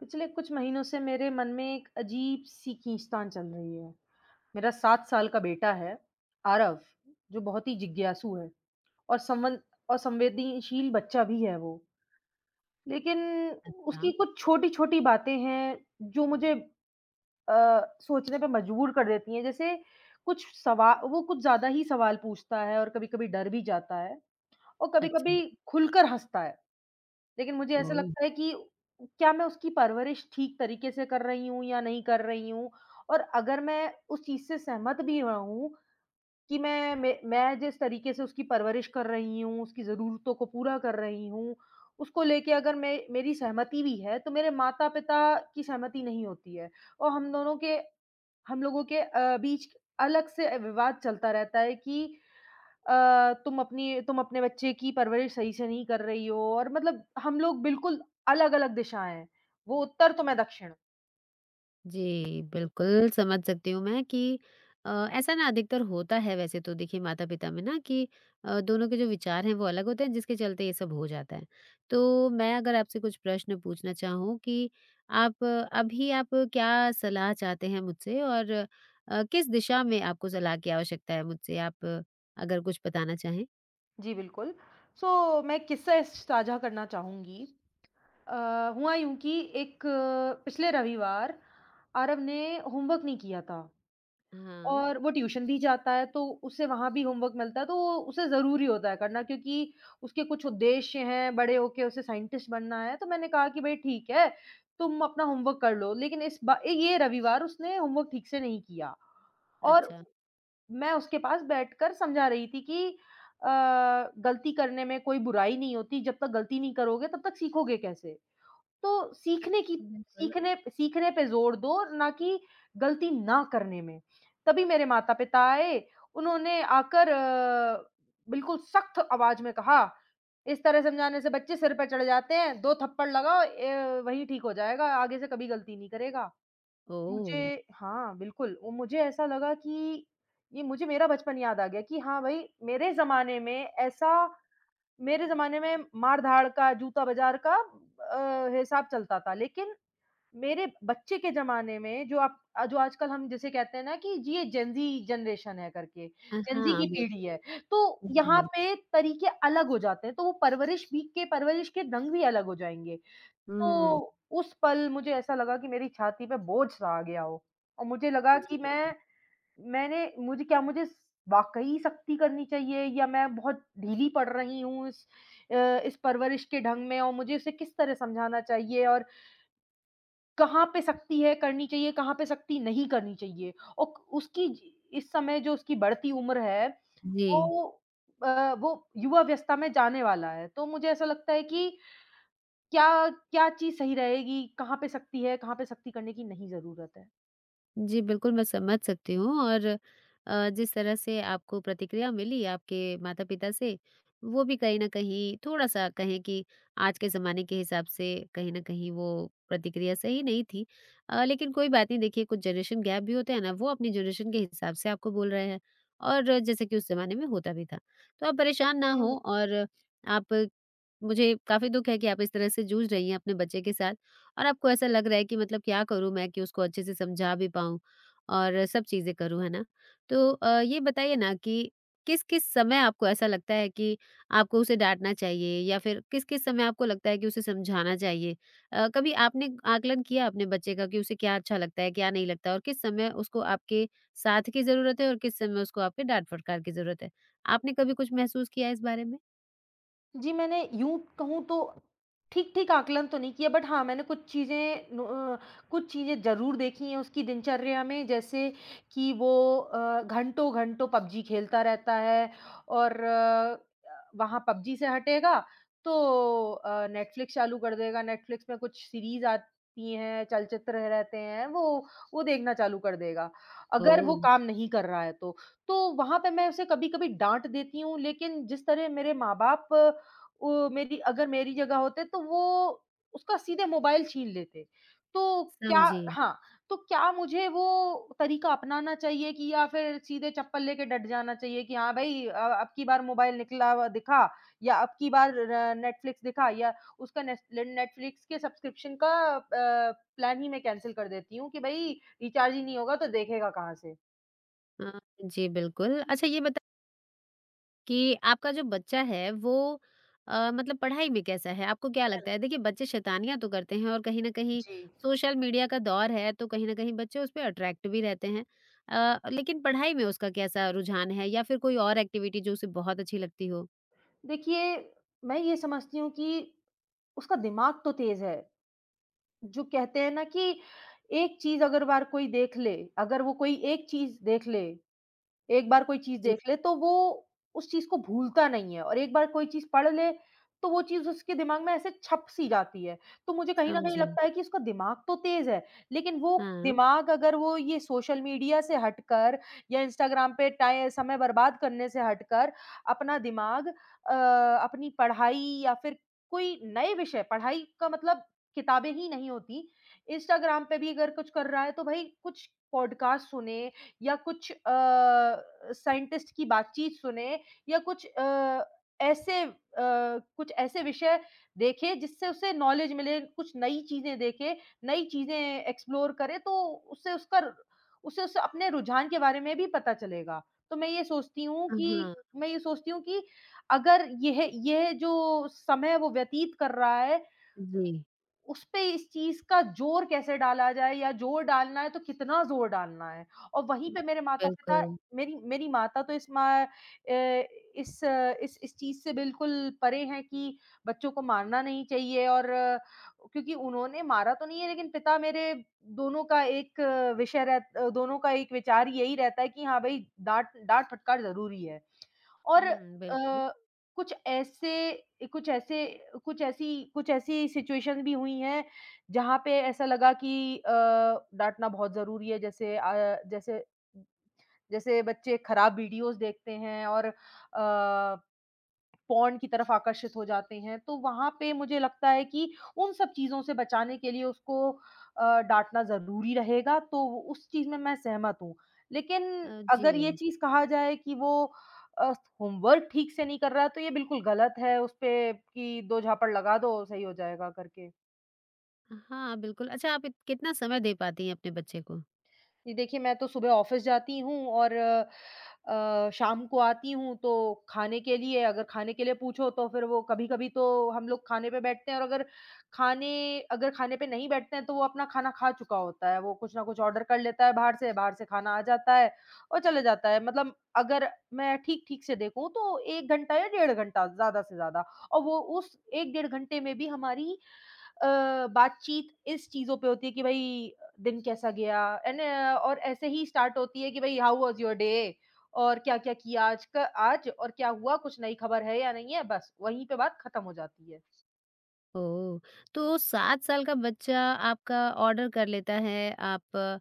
पिछले कुछ महीनों से मेरे मन में एक अजीब-सी खींचतान चल रही है। मेरा 7 साल का बेटा है, आरव, जो बहुत ही जिज्ञासु है और संवन और संवेदनशील बच्चा भी है वो। लेकिन अच्छा। उसकी कुछ छोटी-छोटी बातें हैं, जो मुझे अ, सोचने पे मजबूर कर देती हैं। जैसे कुछ सवा वो कुछ ज़्यादा ही सवाल पूछता है और कभी-कभी डर भी जाता है और कभी-कभी अच्छा। खुलकर हँसता है। लेकिन मुझे ऐसा ओह! लगता है कि क्या मैं उसकी परवरिश ठीक तरीके से कर रही हूँ या नहीं कर रही हूँ? और अगर मैं उस चीज़ से सहमत भी रहूँ कि मैं जिस तरीके से उसकी परवरिश कर रही हूँ, उसकी ज़रूरतों को पूरा कर रही हूँ, उसको लेके अगर मैं मेरी सहमति भी है, तो मेरे माता-पिता की सहमति नहीं होती है और हम लोगों के बीच अलग से विवाद चलता रहता है कि तुम अपने बच्चे की परवरिश सही से नहीं कर रही हो और मतलब हम लोग बिल्कुल अलग-अलग दिशाएँ हैं। वो उत्तर तो मैं दक्षिण। जी, बिल्कुल समझ सकती हूँ मैं कि ऐसा ना अधिकतर होता है वैसे तो। देखिए माता-पिता में ना कि दोनों के जो विचार हैं वो अलग होते हैं जिसके चलते ये सब हो जाता है। तो मैं अगर आपसे कुछ प्रश्न पूछना चाहूँ कि अभी आप क्या सलाह चाहते हैं मुझसे और किस दिशा में आपको सलाह की आवश्यकता है मुझसे? अगर कुछ बताना चाहें? जी, बिल्कुल। सो मैं किस्सा साझा करना चाहूँगी। अ, हुआ यूँ कि पिछले रविवार आरव ने होमवर्क नहीं किया था। हाँ। और वो ट्यूशन भी जाता है तो उससे वहाँ भी होमवर्क मिलता है, तो वो उसे ज़रूरी होता है करना क्योंकि उसके कुछ उद्देश्य हैं, बड़े होके उसे साइंटिस्ट बनना है। तो मैंने कहा कि भई ठीक है, तुम अपना होमवर्क कर लो। लेकिन इस बा ये रविवार उसने होमवर्क ठीक से नहीं किया और अच्छा, मैं उसके पास बैठकर समझा रही थी कि अ, गलती करने में कोई बुराई नहीं होती, जब तक गलती नहीं करोगे तब तक सीखोगे कैसे? तो बिल्कुल। सीखने सीखने पे ज़ोर दो ना कि गलती ना करने में। तभी मेरे माता-पिता आए, उन्होंने आकर बिल्कुल सख्त आवाज़ में कहा, "इस तरह समझाने से बच्चे सिर पे चढ़ जाते हैं, 2 थप्पड़ लगाओ वही ठीक हो जाएगा, आगे से कभी गलती नहीं करेगा।" ओह! मुझे हाँ, बिल्कुल, वो मुझे ऐसा लगा कि ये मुझे मेरा बचपन याद आ गया कि हाँ भाई, मेरे ज़माने में मार-धाड़ का, जूता-बाज़ार का हिसाब चलता था, लेकिन मेरे बच्चे के ज़माने में जो आजकल हम जिसे कहते हैं ना कि ये जेन ज़ी जनरेशन है करके, जेन ज़ी हाँ, की पीढ़ी बिल्कुल। है, तो यहाँ जी। पे तरीके अलग हो जाते हैं, तो वो परवरिश भी के परवरिश के ढंग भी अलग हो जाएँगे। हुँ। तो उस पल मुझे ऐसा लगा कि मेरी छाती पे बोझ-सा आ गया हो और मुझे लगा जी, कि बिल्कुल। मैं मैंने मुझे क्या मुझे स वाक़ई सख्ती करनी चाहिए या मैं बहुत ढीली पड़ रही हूँ इस परवरिश के ढंग में और मुझे उसे किस तरह समझाना चाहिए और कहाँ पे सख्ती है करनी चाहिए, कहाँ पे सख्ती नहीं करनी चाहिए? औ उसकी ज इस समय जो उसकी बढ़ती उम्र है, जी। वो वो युवा अवस्था में जाने वाला है। तो मुझे ऐसा लगता है कि क्या क्या चीज़ सही रहेगी, कहाँ पे सख्ती है, कहाँ पे सख्ती करने की नहीं ज़रूरत जी, बिल्कुल मैं समझ सकती हूँ। और जिस तरह से आपको प्रतिक्रिया मिली आपके माता-पिता से, वो भी कहीं न कहीं थोड़ा-सा कहें कि आज के ज़माने के हिसाब से कहीं न कहीं वो प्रतिक्रिया सही नहीं थी। लेकिन कोई बात नहीं। देखिए कुछ जनरेशन गैप भी होते हैं ना, वो अपनी जनरेशन के हिसाब से आपको बोल रहे हैं और जैसे कि उस ज़माने में होता भी था। तो आप परेशान ना हों। है? और आप, मुझे काफ़ी दुःख है कि आप इस तरह से जूझ रही हैं अपने बच्चे के साथ और आपको ऐसा लग रहा है कि मतलब क्या करूँ मैं कि उसको अच्छे से समझा भी पाऊँ और सब चीज़ें करूँ, है ना? तो ये बताइए ना कि किस-किस समय आपको ऐसा लगता है कि आपको उसे डाँटना चाहिए या फिर किस-किस समय आपको लगता है कि उसे समझाना चाहिए? कभी आपने आकलन किया अपने बच्चे का कि उसे क्या अच्छा लगता है, क्या नहीं लगता और किस समय उसको आपके साथ की ज़रूरत है और किस समय उसको आपके डाँट-फटकार की ज़रूरत है? आपने कभी कुछ महसूस किया है इस बारे में? जी, मैंने यूँ कहूँ तो ठीक-ठीक आकलन तो नहीं किया बट हाँ, मैंने अ, कुछ चीज़ें ज़रूर देखी हैं उसकी दिनचर्या में जैसे कि वो घंटों-घंटों पबजी खेलता रहता है और वहाँ पबजी से हटेगा तो नेटफ्लिक्स चालू कर देगा, नेटफ्लिक्स में कुछ सीरीज़ आती हैं, चलचित्र रहते हैं, वो देखना चालू कर देगा, अगर वो ओह! काम नहीं कर रहा है तो। तो वहाँ पे मैं उसे कभी-कभी डाँट देती हूँ, लेकिन जिस तरह मेरे माँ-बाप, वो मेरी अगर मेरी जगह होते तो वो उसका सीधे मोबाइल छीन लेते। तो हाँ, क्या समझी। जी। हाँ, तो क्या मुझे वो तरीका अपनाना चाहिए कि या फिर सीधे चप्पल लेके डट जाना चाहिए कि हाँ भई, अब की बार मोबाइल निकला हुआ दिखा या अब की बार र नेटफ्लिक्स दिखा या उसका नेस नेटफ्लिक्स के सब्सक्रिप्शन का अ, प्लान ही मैं कैंसल कर देती हूँ कि भई रिचार्ज ही नहीं होगा तो देखेगा कहाँ से? अ, जी, बिल्कुल। अच्छा ये बता कि आपका जो बच्चा है वो मतलब पढ़ाई में कैसा है? आपको क्या चल लगता है? देखिए बच्चे शैतानियाँ तो करते हैं और कहीं न कहीं जी। सोशल मीडिया का दौर है तो कहीं न कहीं बच्चे उस पे अट्रैक्ट भी रहते हैं। लेकिन पढ़ाई में उसका कैसा रुझान है या फिर कोई और एक्टिविटी जो उसे बहुत अच्छी लगती हो? देखिए, मैं ये समझती हूँ कि उसका दिमाग तो तेज़ है। जो कहते हैं ना कि एक चीज़ अगर बार कोई देख ले, अगर वो कोई एक चीज़ देख ले एक बार कोई चीज़ जी। देख ले तो वो उस चीज़ को भूलता नहीं है, और एक बार कोई चीज़ पढ़ ले तो वो चीज़ उसके दिमाग में ऐसे छप-सी जाती है। तो मुझे कहीं न कहीं समझी। लगता है कि उसका दिमाग तो तेज़ है, लेकिन वो हाँ। दिमाग अगर वो ये सोशल मीडिया से हटकर या इंस्टाग्राम पे टाइ समय बर्बाद करने से हटकर अपना दिमाग अपनी पढ़ाई या फिर कोई नए विषय पढ़ाई का मतलब किताबें ही नहीं होती। इंस्टाग्राम पे भी अगर कुछ कर रहा है तो भई कुछ पॉडकास्ट सुने या कुछ साइंटिस्ट की बातचीत सुने या ऐसे अ, कुछ ऐसे विषय देखे जिससे उसे नॉलेज मिले, कुछ नई चीज़ें देखे, नई चीज़ें एक्सप्लोर करे तो उससे उसका उसे उस अपने रुझान के बारे में भी पता चलेगा। तो हाँ, मैं ये सोचती हूँ कि अगर यह जो समय वो व्यतीत कर रहा है, जी। उसपे इस चीज़ का ज़ोर कैसे डाला जाए या ज़ोर डालना है तो कितना ज़ोर डालना है? और वहीं पे मेरे माता-पिता, बिल्कुल। मेरी मेरी माता तो इस चीज़ से बिल्कुल परे हैं कि बच्चों को मारना नहीं चाहिए और क्योंकि उन्होंने मारा तो नहीं है, लेकिन पिता मेरे दोनों का एक अ, विषय रह दोनों का एक विचार यही रहता है कि हाँ भई, डाँट डाँट फटकार ज़रूरी है। और हुँ, बिल्कुल। कुछ ऐसे कुछ ऐसे कुछ ऐसी कुछ ऐसी सिचुएशन भी हुई हैं, जहाँ पे ऐसा लगा कि डाँटना बहुत ज़रूरी है, जैसे अ, जैसे जैसे बच्चे खराब वीडियोज़ देखते हैं और पॉन्ड की तरफ आकर्षित हो जाते हैं, तो वहाँ पे मुझे लगता है कि उन सब चीज़ों से बचाने के लिए उसको डाँटना ज़रूरी रहेगा, तो उस चीज़ में मैं सहमत हूँ। लेकिन जी। अगर ये चीज़ कहा जाए कि वो अ, होमवर्क ठीक से नहीं कर रहा है, तो ये बिल्कुल गलत है, उस पे कि 2 झापड़ लगा दो, सही हो जाएगा करके। हाँ, बिल्कुल। अच्छा आप इत कितना समय दे पाती हैं अपने बच्चे को? जी, देखिए, मैं तो सुबह ऑफ़िस जाती हूँ और शाम को आती हूँ तो खाने के लिए अगर खाने के लिए पूछो तो फिर वो कभी-कभी तो हम लोग खाने पे बैठते हैं और अगर खाने अगर खाने पे नहीं बैठते हैं तो वो अपना खाना खा चुका होता है। वो कुछ न कुछ ऑर्डर कर लेता है बाहर से खाना आ जाता है और चले जाता है। मतलब अगर मैं ठीक-ठीक से देखूँ तो 1 घंटा या डेढ़ घंटा ज़्यादा से ज़्यादा, और वो उस 1 डेढ़ घंटे में भी हमारी बातचीत इस चीज़ों पे होती है कि भई दिन कैसा गया, और ऐसे ही स्टार्ट होती है कि भई हाउ वाज़ योर डे और क्या-क्या किया आज और क्या हुआ? कुछ नई खबर है या नहीं है? बस वहीं पे बात खत्म हो जाती है। ओह! तो 7 साल का बच्चा आपका ऑर्डर कर लेता है,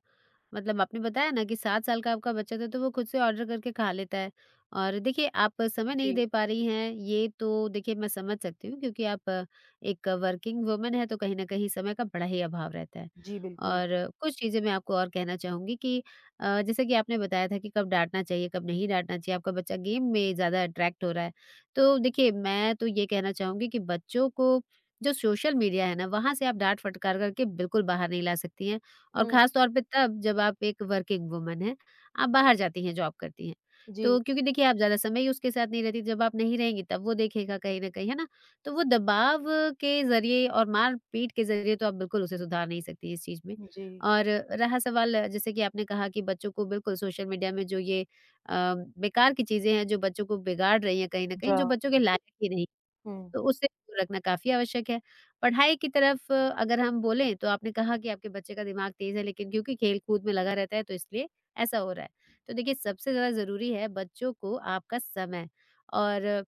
मतलब आपने बताया ना कि 7 साल का आपका बच्चा था, तो वो खुद से ऑर्डर करके खा लेता है। और देखिए, आप समय नहीं जी, दे पा रही हैं, ये तो देखिए मैं समझ सकती हूँ क्योंकि एक वर्किंग वुमन हैं, तो कहीं न कहीं समय का बड़ा ही अभाव रहता है। जी बिल्कुल। और कुछ चीज़ें मैं आपको और कहना चाहूँगी कि जैसे कि आपने बताया था कि कब डाँटना चाहिए, कब नहीं डाँटना चाहिए, आपका बच्चा गेम में ज़्यादा अट्रैक्ट हो रहा है। तो देखिए, मैं तो ये कहना चाहूँगी कि बच्चों को जो सोशल मीडिया है ना, वहाँ से आप डाँट फटकार करके बिल्कुल बाहर नहीं ला सकती हैं। और हुँ, ख़ास तौर पे तब जब आप एक वर्किंग वुमन हैं, आप बाहर जाती हैं, जॉब करती हैं। जी। तो क्योंकि देखिए आप ज़्यादा समय ही उसके साथ नहीं रहती, जब आप नहीं रहेंगी तब वो देखेगा कहीं न कहीं, है ना? तो वो दबाव के ज़रिए और मार-पीट के ज़रिए तो आप बिल्कुल उसे सुधार नहीं सकती इस चीज़ में। जी। और रहा सवाल जैसे कि आपने कहा कि बच्चों को बिल्कुल सोशल मीडिया में जो ये अ, बेकार की चीज़ें हैं, जो बच्चों को बिगाड़ रही हैं कहीं न कहीं, जा जो बच्चों के लायक ही नहीं, हुँ, तो उससे दूर रखना काफ़ी आवश्यक है। पढ़ाई की तरफ अगर हम बोलें तो आपने कहा कि आपके बच्चे का दिमाग तेज़ है लेकिन क्योंकि खेल-कूद में लगा रहता है तो इसलिए ऐसा हो रहा है। तो देखिए सबसे ज़्यादा ज़रूरी है बच्चों को आपका समय। और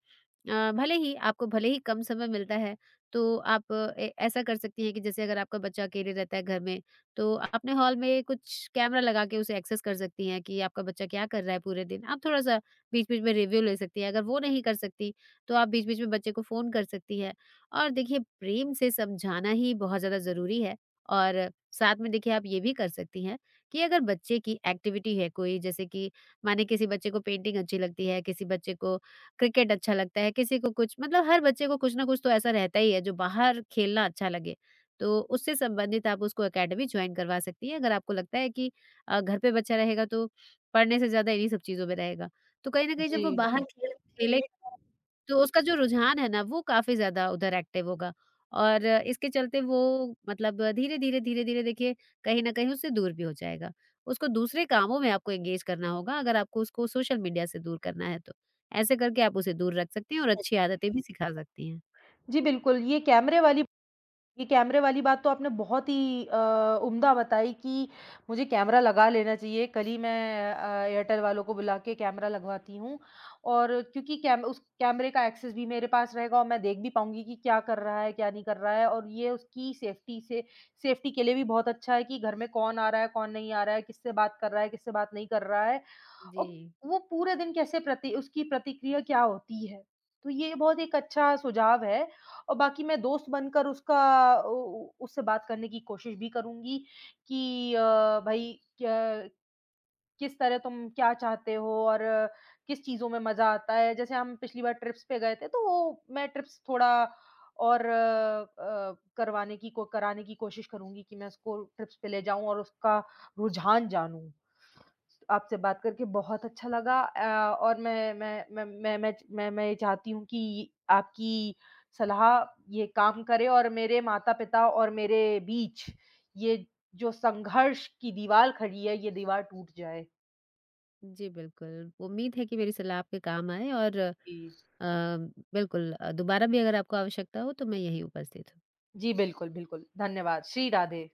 भले ही आपको भले ही कम समय मिलता है, तो आप अ, ए ऐसा कर सकती हैं कि जैसे अगर आपका बच्चा अकेले रहता है घर में तो अपने हॉल में कुछ कैमरा लगा के उसे एक्सेस कर सकती हैं कि आपका बच्चा क्या कर रहा है पूरे दिन। आप थोड़ा-सा बीच-बीच में रिव्यू ले सकती हैं। अगर वो नहीं कर सकती तो आप बीच-बीच में बच्चे को फ़ोन कर सकती हैं। और देखिए प्रेम से समझाना ही बहुत ज़्यादा ज़रूरी है। और साथ में देखिए आप ये भी कर सकती हैं कि अगर बच्चे की एक्टिविटी है कोई जैसे कि माने किसी बच्चे को पेंटिंग अच्छी लगती है, किसी बच्चे को क्रिकेट अच्छा लगता है, किसी को कुछ मतलब हर बच्चे को कुछ ना कुछ तो ऐसा रहता ही है जो बाहर खेलना अच्छा लगे। तो उससे संबंधित आप उसको अकेडमी जॉइन करवा सकती हैं अगर आपको लगता है कि घर पे बच्चा रहेगा तो पढ़ने से ज़्यादा इन्हीं सब चीज़ों में रहेगा। तो कहीं न कहीं जब जी। वो बाहर बाहर खेल खेले पहले तो उसका जो रुझान है ना, वो काफ़ी ज़्यादा उधर एक्टिव होगा और इसके चलते वो मतलब धीरे-धीरे, धीरे-धीरे देखिए कहीं न कहीं उससे दूर भी हो जाएगा। उसको दूसरे कामों में आपको एंगेज करना होगा अगर आपको उसको सोशल मीडिया से दूर करना है तो। ऐसे करके आप उसे दूर रख सकती हैं और अच्छी आदतें भी सिखा सकती हैं। जी, बिल्कुल, ये कैमरे वाली बात तो आपने बहुत ही उम्दा बताई कि मुझे कैमरा लगा लेना चाहिए। कल ही मैं एयरटेल वालों को बुला के कैमरा लगवाती हूँ और क्योंकि कैम उस कैमरे का एक्सेस भी मेरे पास रहेगा और मैं देख भी पाऊँगी कि क्या कर रहा है, क्या नहीं कर रहा है, और ये उसकी सेफ्टी के लिए भी बहुत अच्छा है कि घर में कौन आ रहा है, कौन नहीं आ रहा है, किससे बात कर रहा है, किससे बात नहीं कर रहा है। जी। और वो पूरे दिन कैसे प्रति उसकी प्रतिक्रिया क्या होती है। तो ये बहुत एक अच्छा सुझाव है, और बाकी मैं दोस्त बनकर उसका उ उ उससे बात करने की कोशिश भी करूँगी कि भई क्या किस तरह तुम क्या चाहते हो और किस चीज़ों में मज़ा आता है। जैसे हम पिछली बार ट्रिप्स पे गए थे तो वो, मैं ट्रिप्स थोड़ा और करवाने की को कराने की कोशिश करूँगी कि मैं उसको ट्रिप्स पे ले जाऊँ और उसका रुझान जानूँ। आपसे बात करके बहुत अच्छा लगा, और मैं ये चाहती हूँ कि आपकी सलाह ये काम करे और मेरे माता-पिता और मेरे बीच ये जो संघर्ष की दीवार खड़ी है, ये दीवार टूट जाए। जी, बिल्कुल। उम्मीद है कि मेरी सलाह आपके काम आए। और अ, जी। बिल्कुल दोबारा भी अगर आपको आवश्यकता हो तो मैं यहीं उपस्थित हूँ। जी, बिल्कुल, बिल्कुल। धन्यवाद। श्री राधे।